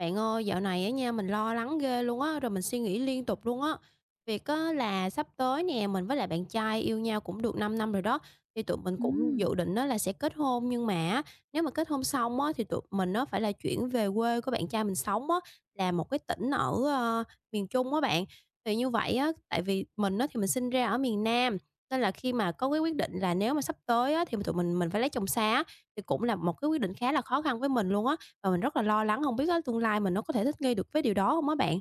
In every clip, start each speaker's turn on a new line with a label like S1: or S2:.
S1: Bạn ơi, dạo này á nha, mình lo lắng ghê luôn á, rồi mình suy nghĩ liên tục luôn á. Việc á là sắp tới nè, mình với lại bạn trai yêu nhau cũng được 5 năm rồi đó, thì tụi mình cũng dự
S2: Ừm,
S1: định đó là sẽ kết hôn, nhưng mà á, nếu mà kết hôn xong á thì tụi mình nó phải là chuyển về quê của bạn trai mình sống á, là một cái tỉnh ở, miền Trung á bạn. Thì như vậy á, tại vì mình á thì mình sinh ra ở miền Nam, nên là khi mà có cái quyết định là nếu mà sắp tới á thì tụi mình phải lấy chồng xa á, thì cũng là một cái quyết định khá là khó khăn với mình luôn á. Và mình rất là lo lắng không biết á tương lai mình nó có thể thích nghi được với điều đó không á bạn?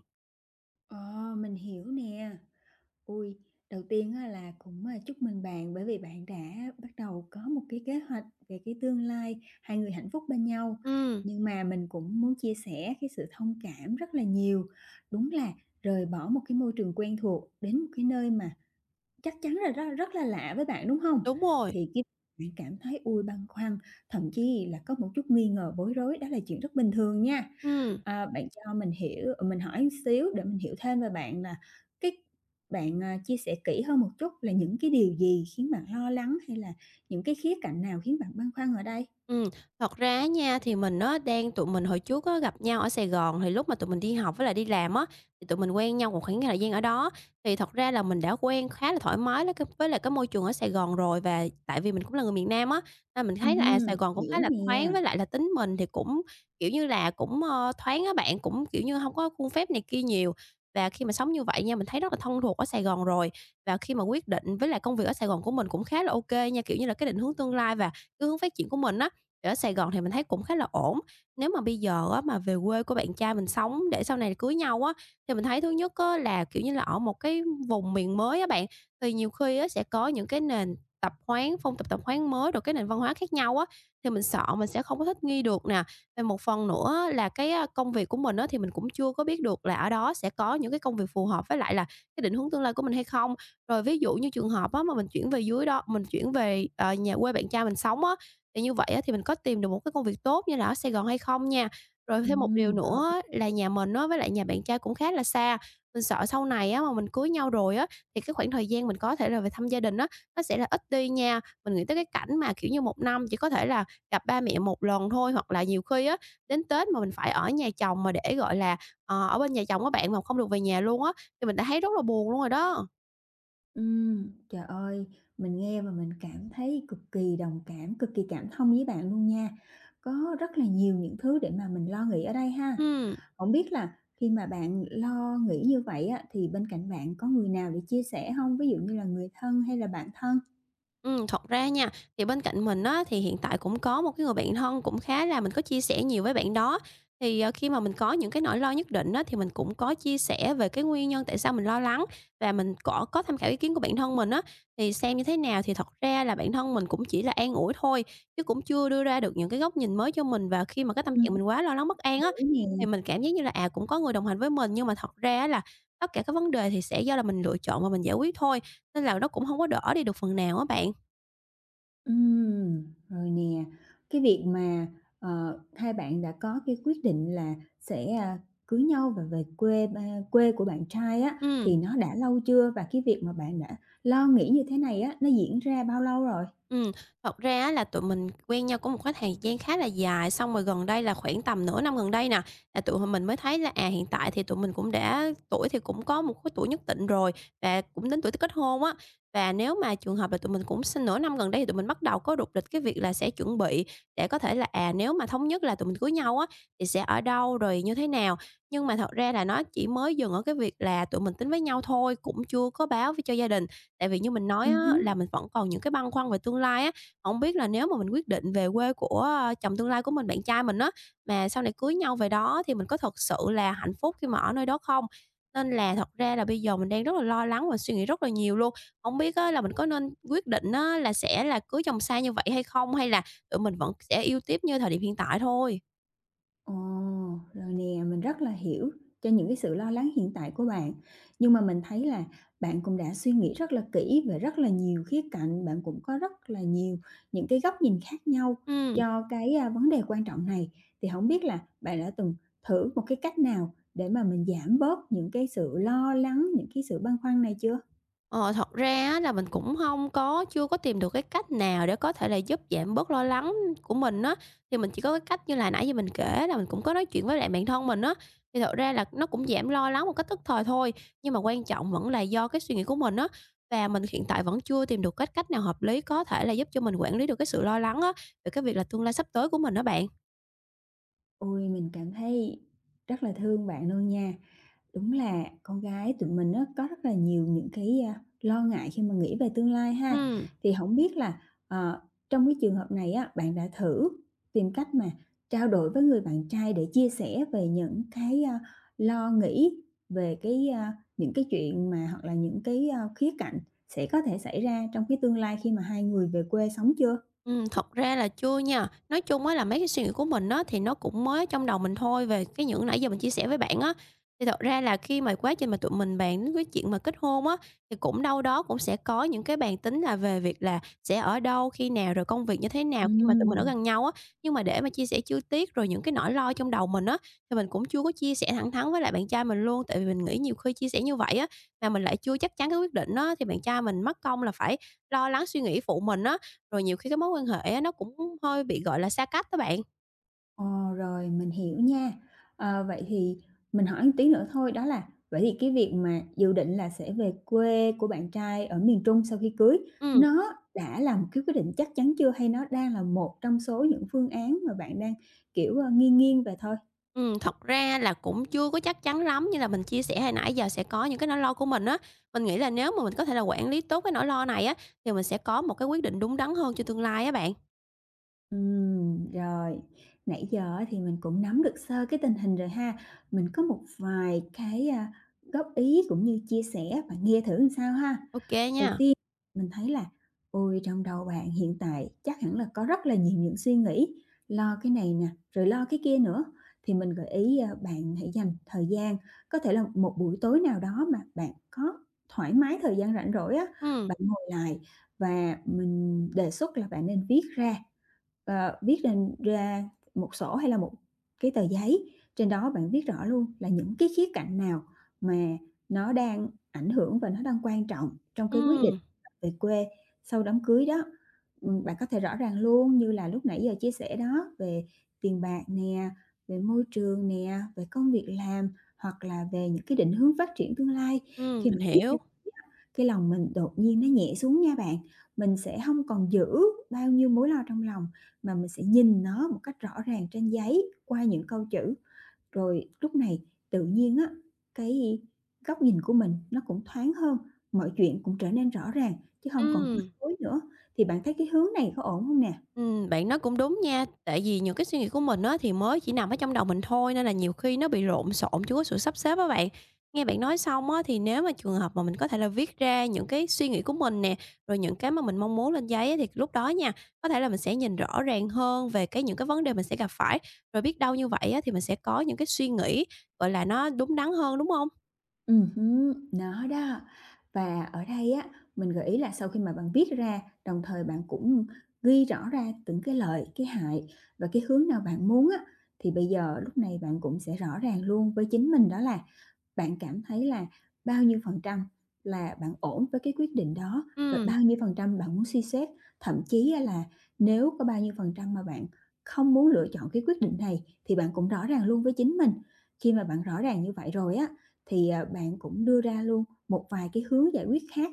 S2: ờ, mình hiểu nè. Ui, đầu tiên á là cũng, chúc mừng bạn bởi vì bạn đã bắt đầu có một cái kế hoạch về cái tương lai hai người hạnh phúc bên nhau.
S1: Ừm.
S2: Nhưng mà mình cũng muốn chia sẻ cái sự thông cảm rất là nhiều. Đúng là rời bỏ một cái môi trường quen thuộc đến một cái nơi mà chắc chắn là rất rất là lạ với bạn, đúng không?
S1: Đúng rồi.
S2: Thì khi bạn cảm thấy, ôi, băn khoăn, thậm chí là có một chút nghi ngờ, bối rối, đó là chuyện rất bình thường nha.
S1: Ừm.
S2: À, bạn cho mình hiểu, mình hỏi một xíu để mình hiểu thêm về bạn là cái bạn, chia sẻ kỹ hơn một chút là những cái điều gì khiến bạn lo lắng, hay là những cái khía cạnh nào khiến bạn băn khoăn ở đây?
S1: Ừm, thật ra á nha, thì mình nó đang tụi mình hồi trước á gặp nhau ở Sài Gòn, thì lúc mà tụi mình đi học với lại đi làm á, thì tụi mình quen nhau một khoảng thời gian ở đó. Thì thật ra là mình đã quen khá là thoải mái lấy cái với lại cái môi trường ở Sài Gòn rồi, và tại vì mình cũng là người miền Nam á, nên mình thấy là, Sài
S2: Hưm,
S1: Gòn cũng khá
S2: hiểu
S1: là thoáng
S2: nè.
S1: với lại là tính mình thì cũng, kiểu như là, cũng, thoáng á bạn, cũng, kiểu như, không có khuôn phép này kia nhiều. Và khi mà sống như vậy nha, mình thấy rất là thân thuộc ở Sài Gòn rồi, và khi mà quyết định với lại công việc ở Sài Gòn của mình cũng khá là ok nha, kiểu như là, cái định hướng tương lai và cái hướng phát triển của mình á, ở Sài Gòn thì mình thấy cũng khá là ổn. Nếu mà bây giờ á, mà về quê của bạn trai mình sống để sau này cưới nhau á, thì mình thấy thứ nhất á, là, kiểu như là, ở một cái vùng miền mới á bạn, thì nhiều khi á, sẽ có những cái nền tập quán, phong tục tập quán mới, rồi cái nền văn hóa khác nhau á, thì mình sợ mình sẽ không có thích nghi được nè. Và một phần nữa là cái, công việc của mình á, thì mình cũng chưa có biết được là ở đó sẽ có những cái công việc phù hợp với lại là cái định hướng tương lai của mình hay không. Rồi ví dụ như trường hợp á, mà mình chuyển về, nhà quê bạn trai mình sống á, thì như vậy á, thì mình có tìm được một cái công việc tốt như là ở Sài Gòn hay không nha. Rồi thêm một điều
S2: Ừm, hợp
S1: nữa á, là nhà mình á, với lại nhà bạn trai cũng khá là xa, mình sợ sau này á, mà mình cưới nhau rồi á, thì cái khoảng thời gian mình có thể là về thăm gia đình á, nó sẽ là ít đi nha. Mình nghĩ tới cái cảnh mà, kiểu như, một năm chỉ có thể là gặp ba mẹ một lần thôi, hoặc là nhiều khi á, đến Tết mà mình phải ở nhà chồng mà để, gọi là, ở bên nhà chồng các bạn, mà không được về nhà luôn á, thì mình đã thấy rất là buồn luôn rồi đó.
S2: Trời ơi, mình nghe mà mình cảm thấy cực kỳ đồng cảm, cực kỳ cảm thông với bạn luôn nha. Có rất là nhiều những thứ để mà mình lo nghĩ ở đây ha.
S1: Ừ.
S2: Không biết là khi mà bạn lo nghĩ như vậy á, thì bên cạnh bạn có người nào để chia sẻ không? Ví dụ như là người thân hay là bạn thân?
S1: Thật ra nha, thì bên cạnh mình á, thì hiện tại cũng có một cái người bạn thân cũng khá là mình có chia sẻ nhiều với bạn đó. Thì, ờ, khi mà mình có những cái nỗi lo nhất định á, thì mình cũng có chia sẻ về cái nguyên nhân tại sao mình lo lắng và mình cỏ có tham khảo ý kiến của bạn thân mình á. Thì xem như thế nào thì thật ra là bạn thân mình cũng chỉ là an ủi thôi, chứ cũng chưa đưa ra được những cái góc nhìn mới cho mình. Và khi mà cái tâm trạng
S2: Ừm.
S1: mình quá lo lắng bất an á,
S2: Kiểu
S1: thì
S2: nè.
S1: mình cảm giác như là, cũng có người đồng hành với mình, nhưng mà thật ra á là tất cả các vấn đề thì sẽ do là mình lựa chọn và mình giải quyết thôi, nên là nó cũng không có đỡ đi được phần nào á bạn.
S2: Ừm, rồi nè, cái việc mà, hai bạn đã có cái quyết định là sẽ, cưới nhau và về quê quê của bạn trai á,
S1: Ừ.
S2: thì nó đã lâu chưa? Và cái việc mà bạn đã lo nghĩ như thế này á, nó diễn ra bao lâu rồi?
S1: Ừm, thật ra á là tụi mình quen nhau cũng một cái thời gian khá là dài, xong rồi gần đây là khoảng tầm nửa năm gần đây nè, là tụi mình mới thấy là, hiện tại thì tụi mình cũng đã tuổi thì cũng có một cái tuổi nhất định rồi và cũng đến tuổi kết hôn á. Và nếu mà trường hợp là tụi mình cũng sinh nửa năm gần đây thì tụi mình bắt đầu có rục rịch cái việc là sẽ chuẩn bị để có thể là, nếu mà thống nhất là tụi mình cưới nhau á, thì sẽ ở đâu, rồi như thế nào. Nhưng mà thật ra là nó chỉ mới dừng ở cái việc là tụi mình tính với nhau thôi, cũng chưa có báo với cho gia đình. Tại vì như mình nói á,
S2: Ừm.
S1: là mình vẫn còn những cái băn khoăn về tương lai á, không biết là nếu mà mình quyết định về quê của, chồng tương lai của mình, bạn trai mình á, mà sau này cưới nhau về đó thì mình có thật sự là hạnh phúc khi mà ở nơi đó không? Nên là thật ra là bây giờ mình đang rất là lo lắng và suy nghĩ rất là nhiều luôn. Không biết á, là mình có nên quyết định á, là sẽ là cưới chồng xa như vậy hay không? Hay là tụi mình vẫn sẽ yêu tiếp như thời điểm hiện tại thôi?
S2: Ồ, rồi nè, mình rất là hiểu cho những cái sự lo lắng hiện tại của bạn. Nhưng mà mình thấy là bạn cũng đã suy nghĩ rất là kỹ về rất là nhiều khía cạnh, bạn cũng có rất là nhiều những cái góc nhìn khác nhau
S1: Ừm.
S2: cho cái, vấn đề quan trọng này. Thì không biết là bạn đã từng thử một cái cách nào để mà mình giảm bớt những cái sự lo lắng, những cái sự băn khoăn này chưa?
S1: Ờ, thật ra á là mình cũng không có chưa có tìm được cái cách nào để có thể là giúp giảm bớt lo lắng của mình á, thì mình chỉ có cái cách như là nãy giờ mình kể là mình cũng có nói chuyện với lại bạn thân mình á, thì thật ra là nó cũng giảm lo lắng một cách tức thời thôi. Nhưng mà quan trọng vẫn là do cái suy nghĩ của mình á, và mình hiện tại vẫn chưa tìm được cách cách nào hợp lý có thể là giúp cho mình quản lý được cái sự lo lắng á, về cái việc là tương lai sắp tới của mình đó bạn.
S2: Ôi, mình cảm thấy rất là thương bạn luôn nha. Đúng là con gái tụi mình á, có rất là nhiều những cái, lo ngại khi mà nghĩ về tương lai ha.
S1: Ừm.
S2: Thì không biết là, ờ, trong cái trường hợp này á, bạn đã thử tìm cách mà trao đổi với người bạn trai để chia sẻ về những cái, lo nghĩ về cái, những cái chuyện mà hoặc là những cái, khía cạnh sẽ có thể xảy ra trong cái tương lai khi mà hai người về quê sống chưa?
S1: Thật ra là chưa nha. Nói chung á là mấy cái suy nghĩ của mình á, thì nó cũng mới trong đầu mình thôi, về cái những nãy giờ mình chia sẻ với bạn á. Thì thật ra là khi mà quá trình mà tụi mình bàn đến cái chuyện mà kết hôn á, thì cũng đâu đó cũng sẽ có những cái bàn tính là về việc là sẽ ở đâu, khi nào, rồi công việc như thế nào khi mà tụi mình ở
S2: Ừm.
S1: gần nhau á. Nhưng mà để mà chia sẻ chi tiết rồi những cái nỗi lo trong đầu mình á, thì mình cũng chưa có chia sẻ thẳng thắn với lại bạn trai mình luôn. Tại vì mình nghĩ nhiều khi chia sẻ như vậy á, mà mình lại chưa chắc chắn cái quyết định á, thì bạn trai mình mất công là phải lo lắng suy nghĩ phụ mình á. Rồi nhiều khi cái mối quan hệ á, nó cũng hơi bị, gọi là, xa cách đó bạn.
S2: Ờ, rồi mình hiểu nha. Ờ, vậy thì mình hỏi một tí nữa thôi đó là vậy thì cái việc mà dự định là sẽ về quê của bạn trai ở miền Trung sau khi cưới,
S1: Ừm.
S2: nó đã là một cái quyết định chắc chắn chưa hay nó đang là một trong số những phương án mà bạn đang, kiểu, nghiêng nghiêng về thôi?
S1: Ừm, thật ra là cũng chưa có chắc chắn lắm, như là mình chia sẻ hồi nãy giờ sẽ có những cái nỗi lo của mình á. Mình nghĩ là nếu mà mình có thể là quản lý tốt cái nỗi lo này á, thì mình sẽ có một cái quyết định đúng đắn hơn cho tương lai á bạn.
S2: Rồi, nãy giờ á thì mình cũng nắm được sơ cái tình hình rồi ha. Mình có một vài cái, góp ý cũng như chia sẻ, bạn nghe thử làm sao ha.
S1: Ô kê
S2: Đầu
S1: nha.
S2: tiên mình thấy là ôi, trong đầu bạn hiện tại chắc hẳn là có rất là nhiều những suy nghĩ, lo cái này nè, rồi lo cái kia nữa. Thì mình gợi ý, bạn hãy dành thời gian, có thể là một buổi tối nào đó mà bạn có thoải mái thời gian rảnh rỗi á,
S1: Ừm.
S2: bạn ngồi lại và mình đề xuất là bạn nên viết ra. Viết lên ra một sổ hay là một cái tờ giấy, trên đó bạn viết rõ luôn là những cái khía cạnh nào mà nó đang ảnh hưởng và nó đang quan trọng trong cái quyết định
S1: Ừm.
S2: về quê sau đám cưới đó. Bạn có thể rõ ràng luôn như là lúc nãy giờ chia sẻ đó, về tiền bạc nè, về môi trường nè, về công việc làm, hoặc là về những cái định hướng phát triển tương lai.
S1: Ừm,
S2: Khi mà
S1: mình
S2: viết,
S1: hiểu.
S2: cái lòng mình đột nhiên nó nhẹ xuống nha bạn, mình sẽ không còn giữ bao nhiêu mối lo trong lòng, mà mình sẽ nhìn nó một cách rõ ràng trên giấy qua những câu chữ. Rồi lúc này tự nhiên á, cái góc nhìn của mình nó cũng thoáng hơn, mọi chuyện cũng trở nên rõ ràng chứ không còn bối
S1: Ừm.
S2: rối nữa. Thì bạn thấy cái hướng này có ổn không nè?
S1: Bạn nói cũng đúng nha, tại vì những cái suy nghĩ của mình á, thì mới chỉ nằm ở trong đầu mình thôi, nên là nhiều khi nó bị lộn xộn, chưa có sự sắp xếp á bạn. Nghe bạn nói xong á, thì nếu mà trường hợp mà mình có thể là viết ra những cái suy nghĩ của mình nè, rồi những cái mà mình mong muốn lên giấy á, thì lúc đó nha, có thể là mình sẽ nhìn rõ ràng hơn về cái những cái vấn đề mình sẽ gặp phải, rồi biết đâu như vậy á, thì mình sẽ có những cái suy nghĩ, gọi là, nó đúng đắn hơn, đúng không?
S2: Hứm, nó đó. Và ở đây á, mình gợi ý là sau khi mà bạn viết ra, đồng thời bạn cũng ghi rõ ra từng cái lợi, cái hại và cái hướng nào bạn muốn á, thì bây giờ lúc này bạn cũng sẽ rõ ràng luôn với chính mình đó là bạn cảm thấy là bao nhiêu phần trăm là bạn ổn với cái quyết định đó và
S1: Ừ.
S2: bao nhiêu phần trăm bạn muốn suy xét, thậm chí là nếu có bao nhiêu phần trăm mà bạn không muốn lựa chọn cái quyết định này thì bạn cũng rõ ràng luôn với chính mình. Khi mà bạn rõ ràng như vậy rồi á thì bạn cũng đưa ra luôn một vài cái hướng giải quyết khác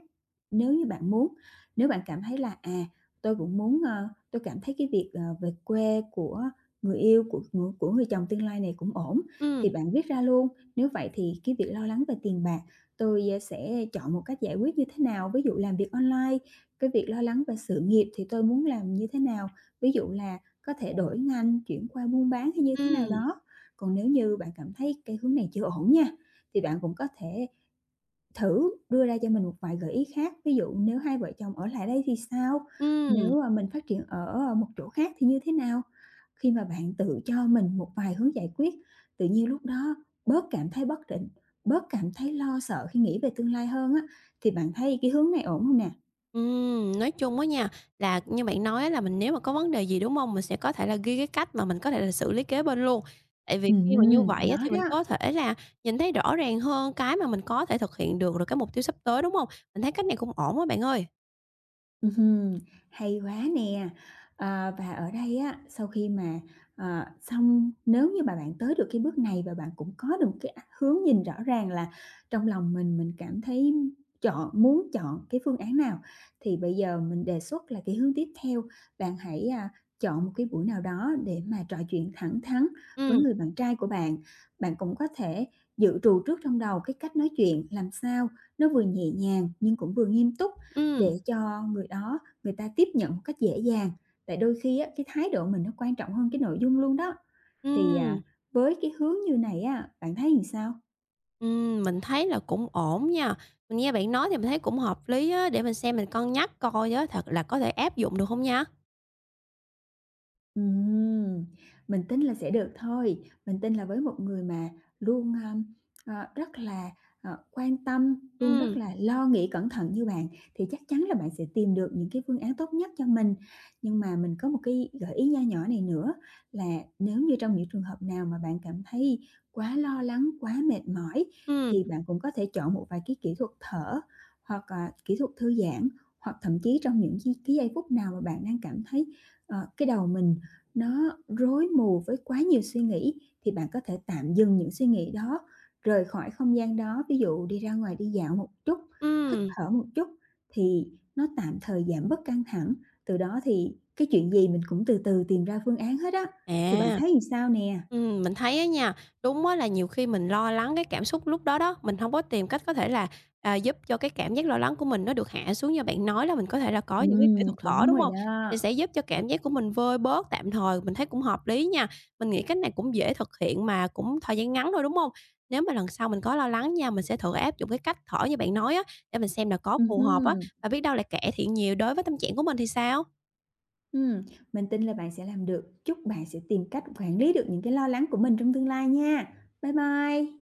S2: nếu như bạn muốn. Nếu bạn cảm thấy là tôi cũng muốn, tôi cảm thấy cái việc, về quê của người yêu, của người chồng tương lai này cũng ổn, thì
S1: Ừ.
S2: bạn viết ra luôn. Nếu vậy thì cái việc lo lắng về tiền bạc, tôi, sẽ chọn một cách giải quyết như thế nào? Ví dụ làm việc online, cái việc lo lắng về sự nghiệp thì tôi muốn làm như thế nào? Ví dụ là có thể đổi ngành, chuyển qua buôn bán hay như thế nào
S1: Ừ.
S2: đó. Còn nếu như bạn cảm thấy cái hướng này chưa ổn nha, thì bạn cũng có thể thử đưa ra cho mình một vài gợi ý khác, ví dụ nếu hai vợ chồng ở lại đây thì sao?
S1: Ừ.
S2: Nếu mình phát triển ở, một chỗ khác thì như thế nào? Khi mà bạn tự cho mình một vài hướng giải quyết, tự nhiên lúc đó bớt cảm thấy bất định, bớt cảm thấy lo sợ khi nghĩ về tương lai hơn á, thì bạn thấy cái hướng này ổn không nè?
S1: Nói chung á nha, là như bạn nói á là mình nếu mà có vấn đề gì, đúng không? Mình sẽ có thể là ghi cái cách mà mình có thể là xử lý kế bên luôn. Tại vì khi mà như vậy á
S2: Nó
S1: thì mình
S2: đó.
S1: có thể là nhìn thấy rõ ràng hơn cái mà mình có thể thực hiện được, rồi cái mục tiêu sắp tới, đúng không? Mình thấy cách này cũng ổn á bạn ơi.
S2: Ừm, hay quá nè! Ờ, và ở đây á, sau khi mà, xong nếu như mà bạn tới được cái bước này và bạn cũng có được một cái hướng nhìn rõ ràng là trong lòng mình cảm thấy muốn chọn cái phương án nào, thì bây giờ mình đề xuất là cái hướng tiếp theo, bạn hãy, chọn một cái buổi nào đó để mà trò chuyện thẳng thắn với
S1: Ừm.
S2: người bạn trai của bạn. Bạn cũng có thể dự trù trước trong đầu cái cách nói chuyện làm sao nó vừa nhẹ nhàng nhưng cũng vừa nghiêm túc
S1: Ừm.
S2: để cho người ta tiếp nhận một cách dễ dàng. Tại đôi khi á, cái thái độ mình nó quan trọng hơn cái nội dung luôn đó. Thì,
S1: Ừm.
S2: à, với cái hướng như này á, bạn thấy làm sao?
S1: Ừm, mình thấy là cũng ổn nha. Mình nghe bạn nói thì mình thấy cũng hợp lý á, để mình xem mình cân nhắc coi á thật là có thể áp dụng được không nha.
S2: Ừm, mình tin là sẽ được thôi. Mình tin là với một người mà luôn, rất là, quan tâm, luôn rất
S1: Ừm.
S2: là lo nghĩ cẩn thận như bạn thì chắc chắn là bạn sẽ tìm được những cái phương án tốt nhất cho mình. Nhưng mà mình có một cái gợi ý nho nhỏ này nữa là nếu như trong những trường hợp nào mà bạn cảm thấy quá lo lắng, quá mệt mỏi
S1: Ừm.
S2: thì bạn cũng có thể chọn một vài cái kỹ thuật thở hoặc, kỹ thuật thư giãn, hoặc thậm chí trong những cái giây phút nào mà bạn đang cảm thấy, cái đầu mình nó rối mù với quá nhiều suy nghĩ thì bạn có thể tạm dừng những suy nghĩ đó, rời khỏi không gian đó, ví dụ đi ra ngoài đi dạo một chút, hít
S1: Ừm.
S2: thở một chút thì nó tạm thời giảm bớt căng thẳng, từ đó thì cái chuyện gì mình cũng từ từ tìm ra phương án hết á. Thì bạn
S1: À.
S2: thấy làm sao nè?
S1: Mình thấy á nha, đúng á là nhiều khi mình lo lắng cái cảm xúc lúc đó đó, mình không có tìm cách có thể là, giúp cho cái cảm giác lo lắng của mình nó được hạ xuống như bạn nói là mình có thể là có những cái kỹ thuật thở,
S2: Đúng
S1: đúng
S2: rồi
S1: không?
S2: đó.
S1: Thì sẽ giúp cho cảm giác của mình vơi bớt tạm thời, mình thấy cũng hợp lý nha. Mình nghĩ cách này cũng dễ thực hiện mà cũng thời gian ngắn thôi, đúng không? Nếu mà lần sau mình có lo lắng nha, mình sẽ thử áp dụng cái cách thở như bạn nói á, để mình xem là có phù hợp á,
S2: Ừm,
S1: và biết đâu lại cải thiện nhiều đối với tâm trạng của mình thì sao?
S2: ừm, mình tin là bạn sẽ làm được. Chúc bạn sẽ tìm cách quản lý được những cái lo lắng của mình trong tương lai nha. Bye bye.